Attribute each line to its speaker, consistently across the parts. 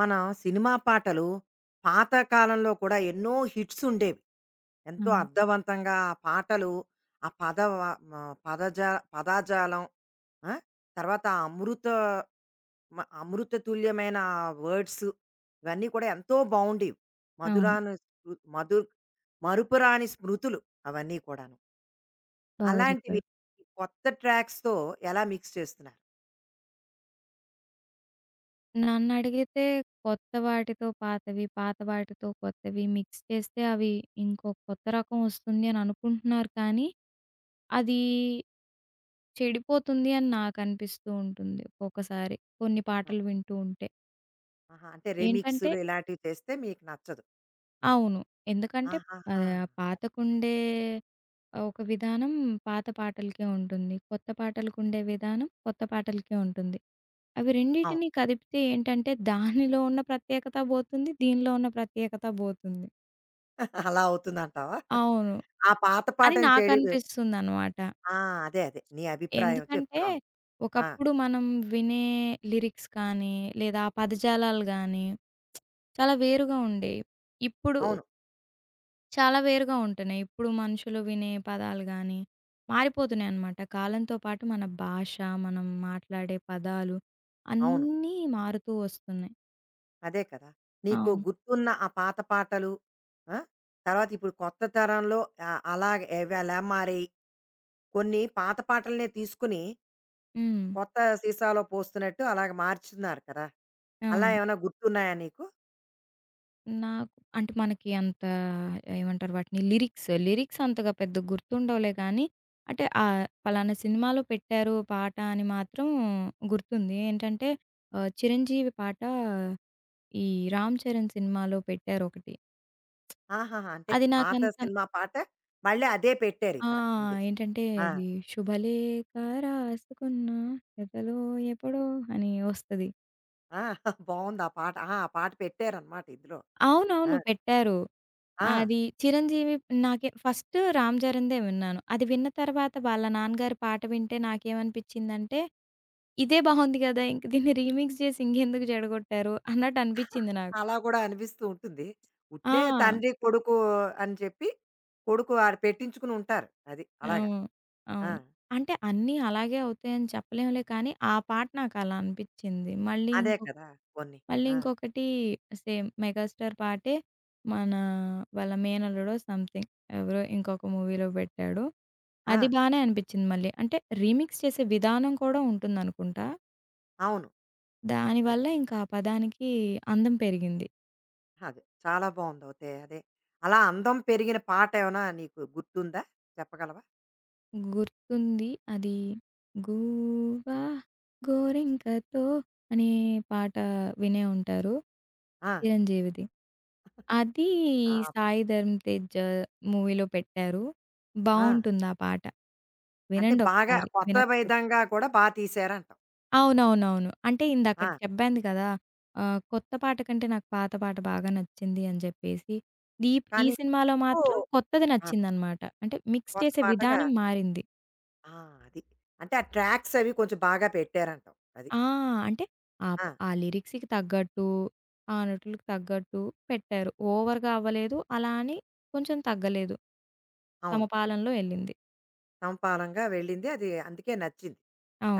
Speaker 1: మన సినిమా పాటలు పాత కాలంలో కూడా ఎన్నో హిట్స్ ఉండేవి. ఎంతో
Speaker 2: అవును.
Speaker 1: అర్థవంతంగా ఆ పాటలు, ఆ పద వ మ పదజా పదాజాలం. ఆ! తర్వాత ఆ అమృత మ అమృత తుల్యమైన వర్డ్స్ ఇవన్నీ కూడా ఎంతో బావుండేవి.
Speaker 2: అవును.
Speaker 1: మధురాను స్మృ మధు మరుపురాని స్మృతులు అవన్నీ కూడాను.
Speaker 2: బాగా చెప్పారు.
Speaker 1: అలాంటివి ఈ కొత్త ట్రాక్స్‌తో ఎలా మిక్స్ చేస్తున్నారు?
Speaker 2: నన్నడిగితే కొత్త వాటితో పాతవి, పాత వాటితో కొత్తవి మిక్స్ చేస్తే అవి ఇంకో కొత్త రకం వస్తుంది అని అనుకుంటున్నారు కానీ, అది చెడిపోతుంది అని నాకనిపిస్తూ ఉంటుంది ఒక్కొక్కసారి. కొన్ని
Speaker 1: ఆ!
Speaker 2: పాటలు వింటూ ఉంటే.
Speaker 1: ఆహా! అంటే
Speaker 2: ఏంటంటే
Speaker 1: రీమిక్స్‌లు ఇలాంటివి చేస్తే మీకు నచ్చదు మీకు.
Speaker 2: అవును. ఎందుకంటే
Speaker 1: ఆహాహా!
Speaker 2: పాతకుండే ఒక విధానం పాత పాటలకే ఉంటుంది. కొత్త పాటలకుండే విధానం కొత్త పాటలకే ఉంటుంది. అవి
Speaker 1: అవును.
Speaker 2: రెండిటిని కదిపితే ఏంటంటే దానిలో ఉన్న ప్రత్యేకత బోతుంది. దీనిలో ఉన్న ప్రత్యేకత బోతుంది.
Speaker 1: అలా అవుతుందంటావా?
Speaker 2: అవును.
Speaker 1: ఆ పాత
Speaker 2: అని
Speaker 1: పాటని చెడి
Speaker 2: నాకనిపిస్తుందనమాట.
Speaker 1: ఆ! అదే, అదే. నీ అభిప్రాయం
Speaker 2: ఎందుకంటే
Speaker 1: చెప్తున్నావు నువ్వు. ఆ!
Speaker 2: ఒకప్పుడు మనం వినే లిరిక్స్ కానీ, లేదా ఆ పదజాలాలు గానీ చాలా వేరుగా ఉండేవి. ఇప్పుడు
Speaker 1: అవును,
Speaker 2: చాలా వేరుగా ఉంటున్నాయి. ఇప్పుడు మనుషులు వినే పదాలు గాని, మారిపోతున్నాయనమాట. కాలంతో పాటు మన భాష, మనం మాట్లాడే పదాలు
Speaker 1: అవును.
Speaker 2: అన్నీ మారుతూ వస్తున్నాయి.
Speaker 1: అదే కదా! నీకు
Speaker 2: అవును.
Speaker 1: గుర్తున్న ఆ పాత పాటలు, ఆ, తర్వాత ఇప్పుడు కొత్త తరంలో ఆహ్, అలాగే అవి ఎలా మారాయి? కొన్ని పాత పాటలనే తీసుకొని
Speaker 2: హ్మ్.
Speaker 1: కొత్త సీసాలో పోస్తున్నట్టు అలాగ మార్చుతున్నారు కదా! అలా
Speaker 2: అవును.
Speaker 1: ఏమైనా గుర్తున్నాయా నీకు?
Speaker 2: నాకు అంటే మనకి అంత ఏమంటారు వాటిని లిరిక్స్, లిరిక్స్ అంతగా పెద్ద గుర్తుండవులే గానీ, అంటే పలానా సినిమాలో పెట్టారు పాట అని మాత్రం గుర్తుంది. ఏంటంటే చిరంజీవి పాట ఈ 'రామ్ చరణ్' సినిమాలో పెట్టారొకటి.
Speaker 1: ఆహాహా! అంటే
Speaker 2: అది
Speaker 1: పాత
Speaker 2: నాకంత
Speaker 1: సినిమా పాట మళ్ళీ అదే
Speaker 2: ఆ!
Speaker 1: పెట్టారిక్కడ ఇది.
Speaker 2: ఏంటంటే
Speaker 1: ఆ!
Speaker 2: ఇది శుభలేఖ రాసుకున్న కథలో ఎప్పుడో అని వస్తది.
Speaker 1: ఆ! బావుంది ఆ పాట. ఆ! ఆ పాట పెట్టారనమాట ఇందులో. ఆ!
Speaker 2: అవునవును పెట్టారు.
Speaker 1: ఆ!
Speaker 2: అది చిరంజీవి నాకే ఫస్ట్ 'రామ్ చరణ్‌దే' విన్నాను. అది విన్న తర్వాత వాళ్ళ నాన్నగారి పాట వింటే నాకేమనిపించిందంటే, ఇదే బావుంది గదా! ఇంక దీన్ని రీమిక్స్ చేసి ఇంకెందుకు చెడగొట్టారు అన్నట్టు అనిపించింది నాకు.
Speaker 1: అలా కూడా అనిపిస్తూ ఉంటుంది. ఉట్టినే
Speaker 2: ఆ!
Speaker 1: తండ్రి, కొడుకు అని చెప్పి కొడుకు ఆడ పెట్టించుకుని ఉంటారు, అది అలాగా.
Speaker 2: అవును.
Speaker 1: ఆ!
Speaker 2: అవును. అంటే అన్నీ అలాగే అవుతాయని చెప్పలేంలే కానీ, ఆ పాట నాకు అలా అనిపించింది. మళ్ళీ
Speaker 1: అదే
Speaker 2: ఇంకొక
Speaker 1: కదా! కొన్ని.
Speaker 2: మళ్ళీ
Speaker 1: ఆ!
Speaker 2: ఇంకొకటి సేమ్ 'మెగాస్టార్' పాటే మన వాళ్ళ మేనల్లుడో సంథింగ్ ఎవరో ఇంకొక మూవీలో పెట్టాడు.
Speaker 1: ఆ!
Speaker 2: అది బానే అనిపిచ్చింది మళ్ళీ. అంటే రీమిక్స్ చేసే విధానం కూడా ఉంటుందనుకుంటా.
Speaker 1: అవును.
Speaker 2: దానివల్ల
Speaker 1: అదే,
Speaker 2: ఇంకా ఆ పదానికి అందం పెరిగింది.
Speaker 1: అదే. చాలా బావుందయితే అదే. అలా అందం పెరిగిన పాటేమైనా నీకు గుర్తుందా? చెప్పగలవా?
Speaker 2: గుర్తుంది అది 'గూవా గోరింకతో' అనే పాట వినే ఉంటారు
Speaker 1: ఆ!
Speaker 2: 'చిరంజీవిది'. అది
Speaker 1: ఆప్
Speaker 2: 'సాయి ధరమ్ తేజ్' మూవీలో పెట్టారు.
Speaker 1: ఆ!
Speaker 2: బావుంటుంది ఆ పాట.
Speaker 1: అంటే
Speaker 2: వినండి
Speaker 1: బాగా
Speaker 2: ఒకసారి.
Speaker 1: కొత్త
Speaker 2: వినకపోతే
Speaker 1: విధంగా కూడా బా తీశారంటావు.
Speaker 2: అవునవునవును. అంటే
Speaker 1: ఆ!
Speaker 2: ఇందాకడ చెప్పాను కదా! కొత్త పాట కంటే నాకు పాత పాట బాగా నచ్చింది అని చెప్పేసి. దీప్ ఈ
Speaker 1: కానీ
Speaker 2: సినిమాలో
Speaker 1: ఇప్పుడు
Speaker 2: మాత్రం కొత్తది
Speaker 1: ఆ!
Speaker 2: నచ్చిందనమాట. అంటే మిక్స్
Speaker 1: కొత్త
Speaker 2: చేసే
Speaker 1: పాటగా
Speaker 2: విధానం మారింది.
Speaker 1: ఆ! అది. అంటే ఆ ట్రాక్స్ అవి కొంచెం బాగా పెట్టారంటావు అది.
Speaker 2: ఆ! అంటే ఆప్
Speaker 1: ఆ!
Speaker 2: ఆ లిరిక్స్‌కి తగ్గట్టు, ఆ నటులకు తగ్గట్టు పెట్టారు. ఓవర్‌గా అవ్వలేదు. అలా అని కొంచెం తగ్గలేదు. తమ
Speaker 1: అవును.
Speaker 2: పాలనలో ఎళ్ళింది.
Speaker 1: సమపాలంగా వెళ్ళింది, అది అందుకే నచ్చింది.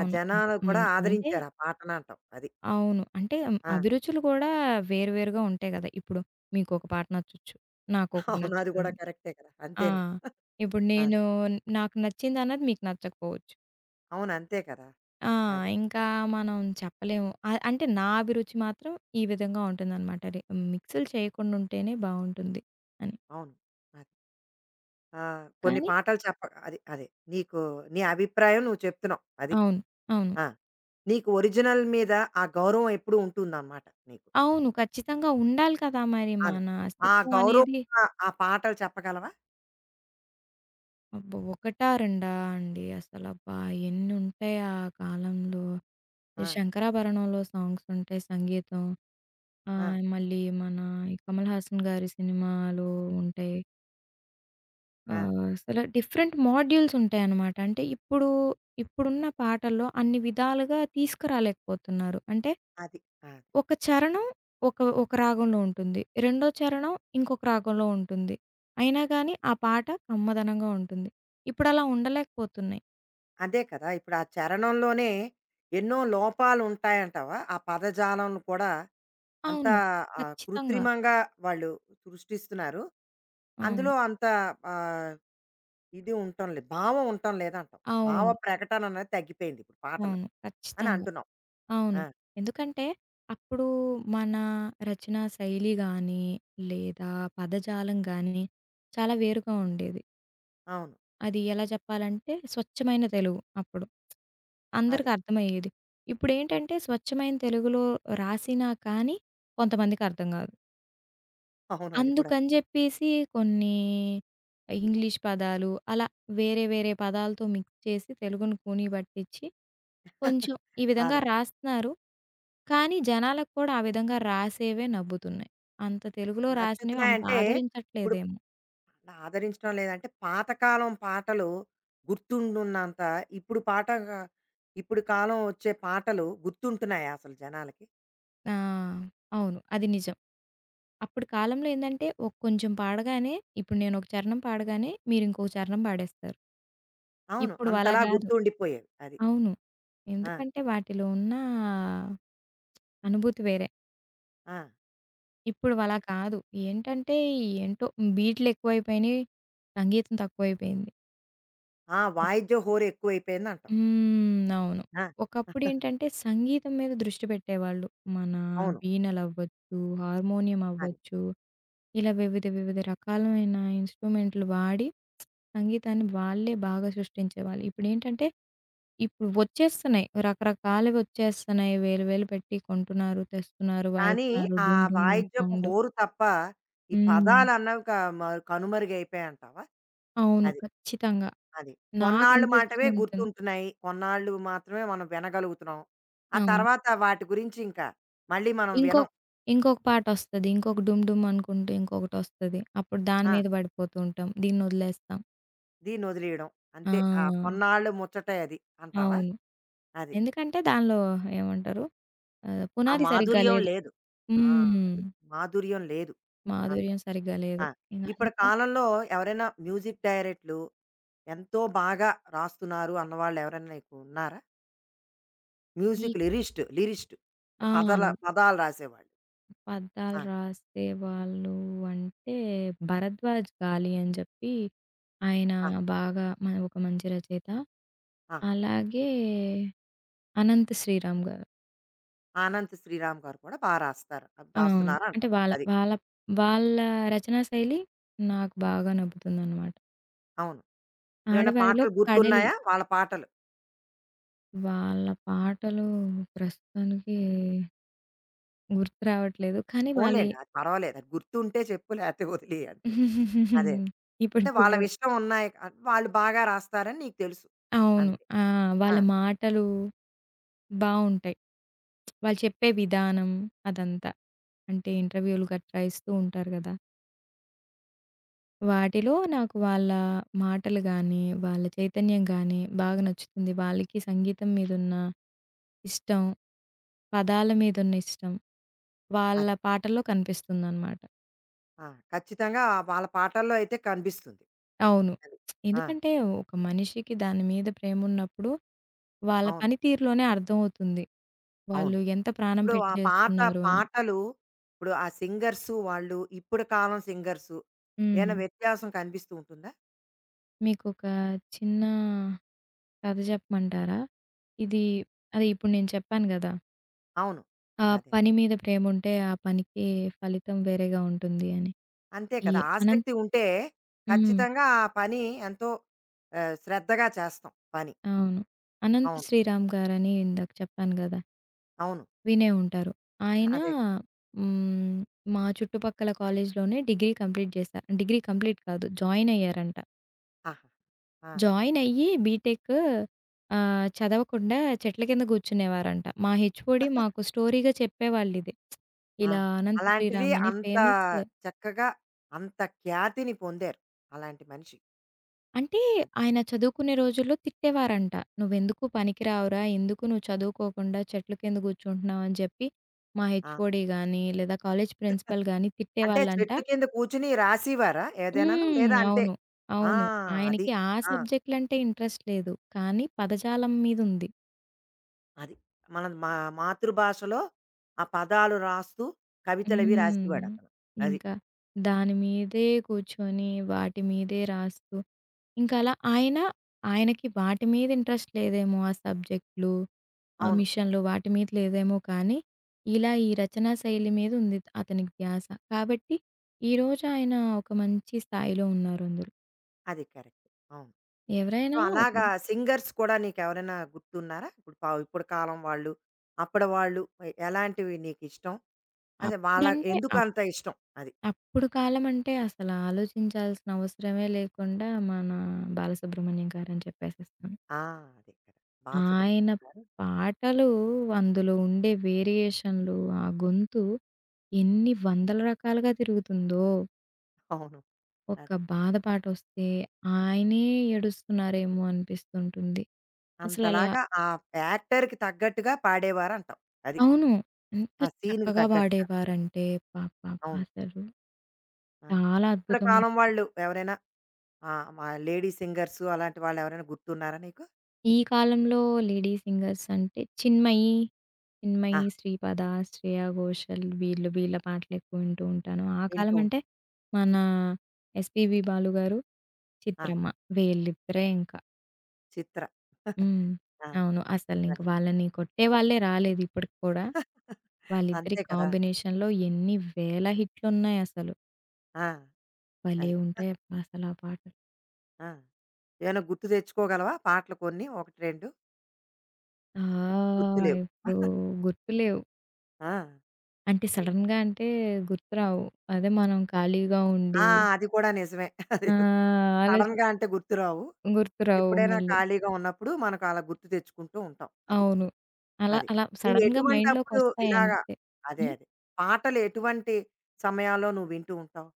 Speaker 1: ఆ
Speaker 2: అంటే
Speaker 1: జనాలు కూడా
Speaker 2: హ్మ్. అంటే
Speaker 1: ఆదరించారు ఆ పాటనాటం అది.
Speaker 2: అవును. అంటే
Speaker 1: ఆ!
Speaker 2: అభిరుచులు కూడా వేరు వేరుగా ఉంటాయి గదా! ఇప్పుడు మీకొక పాట నచ్చొచ్చు. నాకొకటి
Speaker 1: అవును. అది కూడా
Speaker 2: నచ్చుతుంది.
Speaker 1: కరెక్టే కదా!
Speaker 2: ఆ!
Speaker 1: అంతేను
Speaker 2: ఇప్పుడు
Speaker 1: అది.
Speaker 2: నేను నాకు నచ్చిందన్నది మీకు నచ్చకపోవచ్చు.
Speaker 1: అవును. అంతే కదా!
Speaker 2: ఆ!
Speaker 1: అది.
Speaker 2: ఇంకా మనం చెప్పలేము. అ అంటే నా అభిరుచి మాత్రం ఈ విధంగా ఉంటుందనమాట. రి మిక్స్‌లు చేయకుండా ఉంటేనే బావుంటుంది అని.
Speaker 1: అవును. అది. ఆహ్, కొన్ని
Speaker 2: కానీ
Speaker 1: పాటలు చెప్ప అది. అదే. నీకు, నీ అభిప్రాయం నువ్వు చెప్తున్నావు అది.
Speaker 2: అవును. అవును.
Speaker 1: ఆ! నీకు ఒరిజినల్ మీద ఆ గౌరవం ఎప్పుడూ ఉంటుందనమాట నీకు.
Speaker 2: అవును. ఖచ్చితంగా ఉండాలి కదా! మరి
Speaker 1: అవును.
Speaker 2: మన
Speaker 1: ఆ
Speaker 2: అస్తిత్వం అనేది
Speaker 1: గౌరవంగా ఆ ఆ పాటలు చెప్పగలవా?
Speaker 2: అబ్బో! ఒకటా రెండా అండి అసలబ్బా! ఎన్నుంటాయి ఆ కాలంలో.
Speaker 1: ఆ!
Speaker 2: 'శంకరాభరణంలో' సాంగ్స్ ఉంటాయి సంగీతం.
Speaker 1: ఆ!
Speaker 2: మళ్ళీ మన ఈ 'కమల్ హాసన్' గారి సినిమాలో ఉంటాయి.
Speaker 1: ఆ!
Speaker 2: అసలు డిఫరెంట్ మాడ్యూల్స్ ఉంటాయన్నమాట. అంటే ఇప్పుడు ఇప్పుడున్న పాటల్లో అన్ని విధాలుగా తీసుకురాలేకపోతున్నారు. అంటే
Speaker 1: అది. ఆ!
Speaker 2: ఒక చరణం ఒక ఒక రాగంలో ఉంటుంది. రెండో చరణం ఇంకొక రాగంలో ఉంటుంది. అయినా గాని ఆ పాట కమ్మదనంగా ఉంటుంది. ఇప్పుడలా ఉండలేకపోతున్నాయి.
Speaker 1: అదే కదా! ఇప్పుడు ఆ చరణంలోనే ఎన్నో లోపాలు ఉంటాయంటావా? ఆ పదజాలం కూడా అంతా
Speaker 2: అవును.
Speaker 1: ఆహ్,
Speaker 2: ఖచ్చితంగా.
Speaker 1: కృత్రిమంగా వాళ్ళు సృష్టిస్తున్నారు.
Speaker 2: అవును.
Speaker 1: అందులో అంత ఆహ్, ఇది ఉండటం లేదు, భావం ఉండటం లేదంటావు. భావ
Speaker 2: అవును.
Speaker 1: ప్రకటన అనేది తగ్గిపోయింది ఇప్పుడు పాటలు
Speaker 2: అవును.
Speaker 1: అని
Speaker 2: ఖచ్చితంగా.
Speaker 1: అంటున్నావు.
Speaker 2: అవును.
Speaker 1: ఆ!
Speaker 2: ఎందుకంటే, అప్పుడు మన రచనా శైలి గానీ, లేదా పదజాలం గానీ, చాలా వేరుగా ఉండేది.
Speaker 1: అవును.
Speaker 2: అది ఎలా చెప్పాలంటే, స్వచ్ఛమైన తెలుగు అప్పుడు. అందరికి
Speaker 1: అదే.
Speaker 2: అర్థమయ్యేది.
Speaker 1: ఆ,
Speaker 2: ఇప్పుడేంటంటే, స్వచ్ఛమైన తెలుగులో రాసినా కానీ, కొంతమందికి అర్థం గాదు.
Speaker 1: అవును, అది కూడా.
Speaker 2: అందుకని జెప్పేసి కొన్ని ఇంగ్లీష్ పదాలు, అలా వేరే వేరే పదాలతో మిక్స్ చేసి తెలుగును కూనీ బట్టిచ్చి కొంచెం ఈ విధంగా
Speaker 1: అదే.
Speaker 2: రాస్తున్నారు. కానీ జనాలకు కూడా ఆ విధంగా రాసేవే నవ్వుతున్నాయి. అంత తెలుగులో రాసినవి అంత
Speaker 1: నచ్చుతున్నాయంటే ఇప్పుడు
Speaker 2: ఆదరించట్లేదేమో.
Speaker 1: నా ఆదరించడం లేదంటే పాతకాలం పాటలు గుర్తుండున్నంత ఇప్పుడు పాట ఇప్పుడు కాలం వచ్చే పాటలు గుర్తుంటున్నాయి అసలు జనాలకి.
Speaker 2: ఆ! అవును. అది నిజం. అప్పటి కాలంలో ఏందంటే ఒక కొంచెం పాడగానే ఇప్పుడు నేనొక చరణం పాడగానే మీరింకొక చరణం పాడేస్తారు.
Speaker 1: అవును.
Speaker 2: ఇప్పుడు అలా
Speaker 1: అంతలా
Speaker 2: గాదు.
Speaker 1: గుర్తుండిపోయేవి అది.
Speaker 2: అవును.
Speaker 1: ఆ!
Speaker 2: ఎందుకంటే వాటిలో ఉన్న అనుభూతి వేరే.
Speaker 1: ఆ!
Speaker 2: ఇప్పుడు అలా
Speaker 1: ఇప్
Speaker 2: కాదు. ఏంటంటే ఏంటో బీట్లెక్కువైపోయినియి, సంగీతం తక్కువైపోయింది.
Speaker 1: ఆ! వాయిద్య హోరు ఎక్కువైపోయిందంటావు.
Speaker 2: హ్మ్. అవును.
Speaker 1: ఆ!
Speaker 2: ఒకప్పుడేంటంటే సంగీతం మీద దృష్టి పెట్టేవాళ్ళు. మన
Speaker 1: అవును
Speaker 2: వీణలవ్వచ్చు, హార్మోనియం
Speaker 1: అది.
Speaker 2: అవ్వచ్చు, ఇలా వివిధ వివిధ రకాలమైన ఇన్‌స్ట్రుమెంట్లు వాడి సంగీతాన్ని వాళ్ళే బాగా సృష్టించేవాళ్ళు. ఇప్పుడేంటంటే ఇప్పుడు వచ్చేస్తున్నాయి. రకరకాలవి వచ్చేస్తున్నాయి. వేలు వేలు పెట్టి కొంటున్నారు, తెస్తున్నారు,
Speaker 1: కానీ
Speaker 2: వాయిస్తున్నారు.
Speaker 1: ఆ
Speaker 2: డూమ్ డూమ్
Speaker 1: వాయిద్యపు
Speaker 2: సౌండ్.
Speaker 1: హోరు తప్ప ఈ
Speaker 2: హ్మ్.
Speaker 1: పదాలన్నవి క మ కనుమరుగైపోయాయంటావా?
Speaker 2: అవును.
Speaker 1: అది.
Speaker 2: ఖచ్చితంగా.
Speaker 1: అది. కొన్నాళ్ళు
Speaker 2: నాకనిపిస్తూ
Speaker 1: మాటవే
Speaker 2: ఉంటుంది.
Speaker 1: గుర్తుంటున్నాయి, కొన్నాళ్ళు మాత్రమే మనం వినగలుగుతున్నాం. ఆ
Speaker 2: అవును.
Speaker 1: తర్వాత వాటి గురించి ఇంకా మళ్ళీ మనం
Speaker 2: ఇంకొక
Speaker 1: వినం.
Speaker 2: ఇంకొక పాటొస్తది. ఇంకొక 'డుమ్ డుమ్' అనుకుంటూ ఇంకొకటొస్తది. అప్పుడు దాని
Speaker 1: ఆ!
Speaker 2: మీద పడిపోతూ ఉంటాం. దీన్నొదిలేస్తాం.
Speaker 1: దీన్నొదిలేయడం. అంతే. ఆ
Speaker 2: ఆ!
Speaker 1: కొన్నాళ్ళు ముచ్చటే అది అంటావా?
Speaker 2: అవును.
Speaker 1: అది.
Speaker 2: ఎందుకంటే దానిలో ఏమంటారు
Speaker 1: ఆ
Speaker 2: పునాది సరిగ్గా
Speaker 1: మాధుర్యం
Speaker 2: లేదు.
Speaker 1: లేదు. ఆ!
Speaker 2: హ్మ్.
Speaker 1: అది. మాధుర్యం లేదు అంటావు.
Speaker 2: మాధుర్యం సరిగ్గా లేదు.
Speaker 1: ఆ!
Speaker 2: ఇంక
Speaker 1: ఇప్పటి
Speaker 2: అందుకని
Speaker 1: కాలంలో ఎవరైనా మ్యూజిక్ డైరెక్టర్లు ఎంతో బాగా రాస్తున్నారు అన్నవాళ్ళు ఎవరైనా నీకు ఉన్నారా?
Speaker 2: ఈ
Speaker 1: మ్యూజిక్ లిరిస్ట్ లిరిస్ట్.
Speaker 2: ఆ!
Speaker 1: పదాలు రాసేవాళ్ళు.
Speaker 2: పద్దాలు
Speaker 1: ఆ!
Speaker 2: రాసే వాళ్ళు అంటే 'భరద్వాజ్ గాలి' అని చెప్పి ఆయన
Speaker 1: ఆ!
Speaker 2: బాగా మ ఒక మంచి రచయిత.
Speaker 1: ఆ!
Speaker 2: అలాగే 'అనంత శ్రీరామ్' గారు.
Speaker 1: ఆనంద్ శ్రీరామ్ గారు కూడా బా రాస్తారు, అది
Speaker 2: అవును.
Speaker 1: రాస్తున్నారు
Speaker 2: అంటే
Speaker 1: అంటాం
Speaker 2: వాళ్ళ
Speaker 1: అది.
Speaker 2: వాళ్ళ వాళ్ళ రచనా శైలి నాకు బాగా నప్పుతుందనమాట.
Speaker 1: అవును. ఏమన్నా
Speaker 2: ఆడవారిలో
Speaker 1: పాటలు
Speaker 2: కడలి
Speaker 1: గుర్తున్నాయా? వాళ్ళ పాటలు.
Speaker 2: వాళ్ళ పాటలు ప్రస్తుతానికి గుర్తు రావట్లేదు. కానీ వాళ్ళయి
Speaker 1: పోన్లేండి అది పర్వాలేదు, అది గుర్తుంటే చెప్పు లేతే వదిలేయి అంతే. అదే.
Speaker 2: ఇప్పటికి
Speaker 1: అంటే
Speaker 2: గూడా.
Speaker 1: వాళ్ళవిష్టం ఉన్నాయి ఆహ్, వాళ్ళు బాగా రాస్తారని నీకు తెలుసు.
Speaker 2: అవును.
Speaker 1: అంతే.
Speaker 2: ఆ!
Speaker 1: ఆ!
Speaker 2: వాళ్ళ మాటలు బావుంటాయి. వాళ్ళు చెప్పే విధానం అదంతా. అంటే ఇంటర్వ్యూలు గట్రా ఇస్తూ ఉంటారు గదా! వాటిలో నాకు వాళ్ళ మాటలు గానీ, వాళ్ళ చైతన్యం గానీ బాగా నచ్చుతుంది. వాళ్ళకి సంగీతం మీదున్న ఇష్టం, పదాల మీదున్న ఇష్టం, వాళ్ళ
Speaker 1: అది.
Speaker 2: పాటల్లో కనిపిస్తుందనమాట.
Speaker 1: ఆ! ఖచ్చితంగా వాళ్ళ పాటల్లో అయితే కనిపిస్తుంది
Speaker 2: అవును.
Speaker 1: అది. ఆ!
Speaker 2: ఎందుకంటే ఒక మనిషికి దాని మీద ప్రేమున్నప్పుడు వాళ్ళ
Speaker 1: అవును.
Speaker 2: పని తీరులోనే అర్థమవుతుంది.
Speaker 1: అవును.
Speaker 2: వాళ్ళు ఎంత ప్రాణం
Speaker 1: ఇప్పుడు
Speaker 2: పెట్టి
Speaker 1: ఆ పాత
Speaker 2: చేస్తున్నారు అని.
Speaker 1: పాటలు ఇప్పుడు ఆ సింగర్సు వాళ్ళు ఇప్పుడు కాలం సింగర్సు ఏమైనా
Speaker 2: హ్మ్.
Speaker 1: వ్యత్యాసం కనిపిస్తూ ఉంటుందా?
Speaker 2: మీకొక చిన్న కథ చెప్పమంటారా? ఇది అదే ఇప్పుడు నేను చెప్పాను గదా!
Speaker 1: అవును.
Speaker 2: ఆ!
Speaker 1: అదే.
Speaker 2: పని మీద ప్రేముంటే ఆ పనికి ఫలితం వేరేగా ఉంటుంది అని.
Speaker 1: అంతే
Speaker 2: ఈ
Speaker 1: కదా!
Speaker 2: అనంత్
Speaker 1: ఆసక్తి ఉంటే
Speaker 2: హ్మ్.
Speaker 1: ఖచ్చితంగా ఆ పని ఎంతో ఆహ్, శ్రద్ధగా చేస్తాం పని.
Speaker 2: అవును. అనంత
Speaker 1: అవును.
Speaker 2: శ్రీరామ్ గారని ఇందాక చెప్పాను గదా!
Speaker 1: అవును.
Speaker 2: వినే ఉంటారు. ఆయన
Speaker 1: అదే.
Speaker 2: హ్మ్. మా చుట్టుపక్కల కాలేజ్‌లోనే డిగ్రీ కంప్లీట్ చేశా డిగ్రీ కంప్లీట్ కాదు జాయిన్ అయ్యారంట.
Speaker 1: ఆహా! ఆ!
Speaker 2: జాయిన్ అయ్యి బీటెక్ చదవకుండా చెట్ల కింద కూర్చునేవారంట. మా హెచ్ఓడి మాకు స్టోరీగా చెప్పేవాళ్ళిది.
Speaker 1: ఆ!
Speaker 2: ఇలా అనంత
Speaker 1: అలాంటిది
Speaker 2: శ్రీరామ్ అని
Speaker 1: అంత
Speaker 2: ఫేమస్
Speaker 1: చక్కగా అంత ఖ్యాతిని పొందారు. అలాంటి మనిషి.
Speaker 2: అంటే
Speaker 1: అది.
Speaker 2: ఆయన చదువుకునే రోజుల్లో తిట్టేవారంట. "నువ్వెందుకు పనికిరావురా? ఎందుకు నువ్వు చదువుకోకుండా చెట్ల కింద కూర్చుంటున్నావు" అని చెప్పి మా
Speaker 1: ఆ!
Speaker 2: హెచ్ఓడి గాని, లేదా కాలేజ్ ప్రిన్సిపల్ గాని
Speaker 1: అంటే
Speaker 2: తిట్టేవాళ్ళంట.
Speaker 1: చెట్టు కింద కూర్చొని రాసేవారా ఏదైనాను?
Speaker 2: హ్మ్.
Speaker 1: లేదా అంతే
Speaker 2: అవును.
Speaker 1: ఆ!
Speaker 2: అవును.
Speaker 1: అది.
Speaker 2: ఆయనకి ఆ
Speaker 1: ఆ!
Speaker 2: సబ్జెక్ట్‌లంటే ఇంట్రెస్ట్ లేదు. కానీ పదజాలం మీదుంది.
Speaker 1: అది. మన మా మాతృభాషలో ఆ పదాలు రాస్తూ కవితలవి
Speaker 2: హ్మ్.
Speaker 1: రాసేవాడతను. అది.
Speaker 2: ఇంకా దాని మీదే కూర్చొని, వాటి మీదే రాస్తూ ఇంకలా ఆయన ఆయనకి వాటి మీద ఇంట్రెస్ట్ లేదేమో ఆ సబ్జెక్ట్‌లు ఆ!
Speaker 1: అవును.
Speaker 2: మిషన్లు వాటి మీద లేదేమో కానీ, ఇలా ఈ రచనా శైలి మీద ఉంది అతనికి ధ్యాస. కాబట్టి ఈరోజు ఆయన ఒక మంచి స్థాయిలో ఉన్నారు అందరూ.
Speaker 1: అది కరెక్ట్. అవును. సో,
Speaker 2: ఎవరైనా ఒక
Speaker 1: అలాగా సింగర్స్ కూడా నీకెవరైనా గుర్తున్నారా? ఇప్పుడు పా ఇప్పుడు కాలం వాళ్ళు, అప్పడి వాళ్ళు, ఎలాంటివి నీకిష్టం? అదే వాళ్ళ
Speaker 2: అప్పుడంటే అప్
Speaker 1: ఎందుకంత ఇష్టం? అది.
Speaker 2: అప్పుడు కాలం అంటే అసలు ఆలోచించాల్సిన అవసరమే లేకుండా మన బాలసుబ్రహ్మణ్యం గారని చెప్పేసేస్తాను.
Speaker 1: ఆ! అదే కదా!
Speaker 2: ఆయన
Speaker 1: బాలసుబ్రహ్మణ్యం గారు.
Speaker 2: పాటలు అందులో ఉండే వేరియేషన్‌లు, ఆ గొంతు ఎన్ని వందల రకాలుగా తిరుగుతుందో.
Speaker 1: అవును.
Speaker 2: ఒక
Speaker 1: అదే.
Speaker 2: బాధ పాటొస్తే ఆయనే ఏడుస్తున్నారేమో అనిపిస్తుంటుంది. అసలలా
Speaker 1: అంతలాగా ఆ యాక్టర్‌కి తగ్గట్టుగా పాడేవారంటావు అది.
Speaker 2: అవును. ఎంత
Speaker 1: ఆ సీన్‌కి
Speaker 2: చక్కగా
Speaker 1: తగ్గట్టుగా.
Speaker 2: పాడేవారంటే అబ్బబ్బబ్బా!
Speaker 1: అవును.
Speaker 2: అసలు
Speaker 1: ఆ!
Speaker 2: చాలా
Speaker 1: ఇప్పడి
Speaker 2: అద్భుతం.
Speaker 1: కాలం వాళ్ళు ఎవరైనా ఆహ్, మా లేడీ సింగర్స్ అలాంటి వాళ్ళెవరైనా గుర్తున్నారా నీకు?
Speaker 2: ఈ కాలంలో లేడీ సింగర్స్ అంటే చిన్మయి,
Speaker 1: ఆ!
Speaker 2: చిన్మయి, శ్రీపద, శ్రేయ ఘోషల్ వీళ్ళ పాటలెక్కువ వింటూ ఉంటాను. ఆ
Speaker 1: వింటూ
Speaker 2: కాలం అంటే
Speaker 1: ఉంటావు.
Speaker 2: మన ఎస్‌పీబీ బాలు గారు,
Speaker 1: ఆ!
Speaker 2: చిత్రమ్మ వీళ్ళిద్దరే ఇంకా.
Speaker 1: చిత్ర.
Speaker 2: హ్మ్.
Speaker 1: ఆ!
Speaker 2: అవును. అసలింక
Speaker 1: అది.
Speaker 2: వాళ్ళని కొట్టేవాళ్ళే రాలేదు ఇప్పటికి కూడా. వాళ్ళిద్దరి
Speaker 1: అంతే కదా!
Speaker 2: కాంబినేషన్‌లో ఎన్ని వేల హిట్లున్నాయసలు.
Speaker 1: ఆ!
Speaker 2: భలే
Speaker 1: అది.
Speaker 2: ఉంటాయబ్బా! అసలు ఆ పాటలు.
Speaker 1: ఆ! ఏమైనా గుర్తు తెచ్చుకోగలవా పాటలు కొన్ని? 1, 2
Speaker 2: ఆ!
Speaker 1: గుర్తు లేవు.
Speaker 2: ఇప్పుడు గుర్తులేవు.
Speaker 1: ఆ!
Speaker 2: అంటే
Speaker 1: అది.
Speaker 2: సడెన్‌గా అంటే గుర్తురావు. అదే మనం ఖాళీగా
Speaker 1: ఆ!
Speaker 2: ఉండి
Speaker 1: అది కూడా నిజమే. అది
Speaker 2: ఆ! ఆలోచి
Speaker 1: సడెన్‌గా అంటే గుర్తురావు.
Speaker 2: గుర్తురావు
Speaker 1: ఎప్పుడైనా
Speaker 2: మళ్ళీ.
Speaker 1: ఖాళీగా ఉన్నప్పుడు మనకు అలా గుర్తు తెచ్చుకుంటూ ఉంటాం అది.
Speaker 2: అవును. అలా
Speaker 1: అది.
Speaker 2: అలా
Speaker 1: నువ్వు
Speaker 2: సడెన్‌గా
Speaker 1: ఎటువంటప్పుడు ఇలాగా
Speaker 2: మైండ్‌లోకొస్తాయంతే.
Speaker 1: అదే,
Speaker 2: హ్మ్.
Speaker 1: అదే. పాటలు ఎటువంటి సమయాల్లో నువ్వు వింటూ ఉంటావు?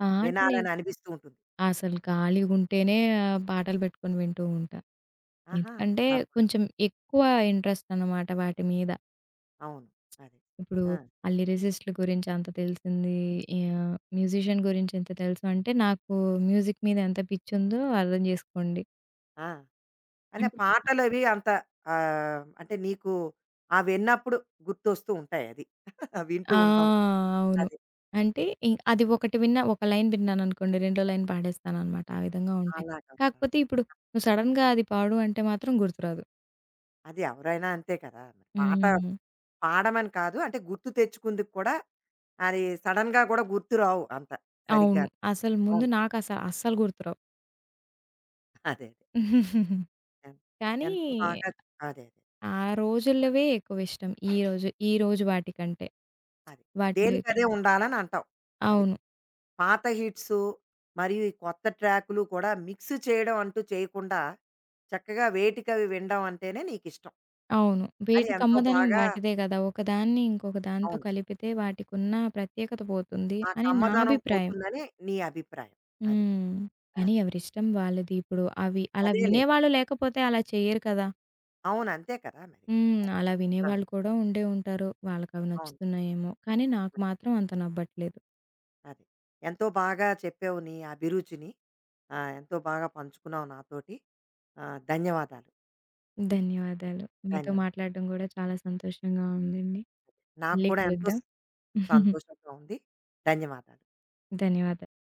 Speaker 2: పాటలే
Speaker 1: వినాలని అనిపిస్తూ ఉంటుంది.
Speaker 2: అసలు ఖాళీగుంటేనే పాటలు పెట్టుకొని వింటూ ఉంటా.
Speaker 1: ఆహా!
Speaker 2: ఎందుకంటే
Speaker 1: అలా కూడా.
Speaker 2: కొంచెం ఎక్కువ ఇంట్రెస్ట్ అనమాట వాటి మీద.
Speaker 1: అవును. అది.
Speaker 2: ఇప్పుడు
Speaker 1: ఆ!
Speaker 2: ఆ లిరిసిస్ట్‌ల గురించి అంత తెలిసింది. యాహ్! మ్యూజిషియన్ గురించి ఇంత తెలుసు అంటే, నాకు మ్యూజిక్ మీద ఎంత పిచ్చుందో అర్థం జేసుకోండి.
Speaker 1: ఆ! అంటే
Speaker 2: అంటే
Speaker 1: పాటలవి అంత ఆహ్, అంటే నీకు ఆ విన్నప్పుడు గుర్తొస్తూ ఉంటాయి అది. వింటూ
Speaker 2: ఆ!
Speaker 1: ఉంటాం.
Speaker 2: అవును.
Speaker 1: అది.
Speaker 2: అంటే ఇ అది ఒకటి విన్నా, ఒక లైన్ విన్నాననుకోండి, రెండో లైన్ పాడేస్తాననమాట. ఆ విధంగా ఉంటాయి.
Speaker 1: అలాగా కూడా.
Speaker 2: కాకపోతే ఇప్పుడు నువ్వు సడెన్‌గా అది పాడు అంటే మాత్రం గుర్తురాదు.
Speaker 1: అది ఎవరైనా అంతే కదా! మరి పాట
Speaker 2: హ్మ్.
Speaker 1: పాడమని కాదు, అంటే గుర్తు తెచ్చుకుందుకు కూడా అది సడెన్‌గా కూడా గుర్తు రావు అంత
Speaker 2: అవును.
Speaker 1: సరిగ్గా.
Speaker 2: అసలు ముందు
Speaker 1: అవును.
Speaker 2: నాకస అస్సలు గుర్తురావు.
Speaker 1: అదే, అదే. ఎన్
Speaker 2: కానీ
Speaker 1: ఎంతో బాగా అదే, అదే
Speaker 2: ఆ రోజులవే ఎక్కువిష్టం. ఈ రోజు, ఈ రోజు వాటికంటే.
Speaker 1: అది.
Speaker 2: వాటి
Speaker 1: దేనికదే ఉండాలని అంటావు. అది.
Speaker 2: అవును.
Speaker 1: పాత హిట్సు మరియు ఈ కొత్త ట్రాకులు కూడా మిక్స్ చేయడం అంటూ చేయకుండా చక్కగా వేటికవి వినడం అంటేనే నీకిష్టం.
Speaker 2: అవును.
Speaker 1: అది
Speaker 2: వేటి
Speaker 1: ఎంతో
Speaker 2: కమ్మదనం
Speaker 1: బాగా
Speaker 2: వాటిదే గదా! ఒకదాన్ని ఇంకొక దాంతో
Speaker 1: అవును.
Speaker 2: కలిపితే వాటికున్న ప్రత్యేకత పోతుంది
Speaker 1: ఆ
Speaker 2: అని నా
Speaker 1: కమ్మదనం
Speaker 2: అభిప్రాయం.
Speaker 1: పోతుందని నీ అభిప్రాయం. అది.
Speaker 2: హ్మ్.
Speaker 1: ఆ!
Speaker 2: కానీ ఎవరిష్టం వాళ్ళది. ఇప్పుడు అవి అలా
Speaker 1: అదేలే.
Speaker 2: వినేవాళ్ళు లేకపోతే అలా చెయ్యరు కదా!
Speaker 1: అవును. అంతే కదా! మరి.
Speaker 2: హ్మ్.
Speaker 1: అది.
Speaker 2: అలా
Speaker 1: ఆ!
Speaker 2: వినేవాళ్ళు కూడా ఉండే ఉంటారు. వాళ్ళకవి
Speaker 1: అవును.
Speaker 2: నచ్చుతున్నాయేమో! కానీ నాకు మాత్రం అంత నవ్వట్లేదు.
Speaker 1: అది. ఎంతో బాగా చెప్పావు నీ అభిరుచిని. ఆహ్, ఎంతో బాగా పంచుకున్నావు నాతోటి. ఆహ్, ధన్యవాదాలు.
Speaker 2: ధన్యవాదాలు. మీతో
Speaker 1: ధన్యవాదాలు.
Speaker 2: మాట్లాడడం గూడా చాలా సంతోషంగా ఉందండి.
Speaker 1: నాకు
Speaker 2: మళ్ళీ
Speaker 1: కూడా ఎంతో
Speaker 2: కలుద్దాం.
Speaker 1: సంతోషంగా ఉంది. ధన్యవాదాలు.
Speaker 2: ధన్యవాదాలు.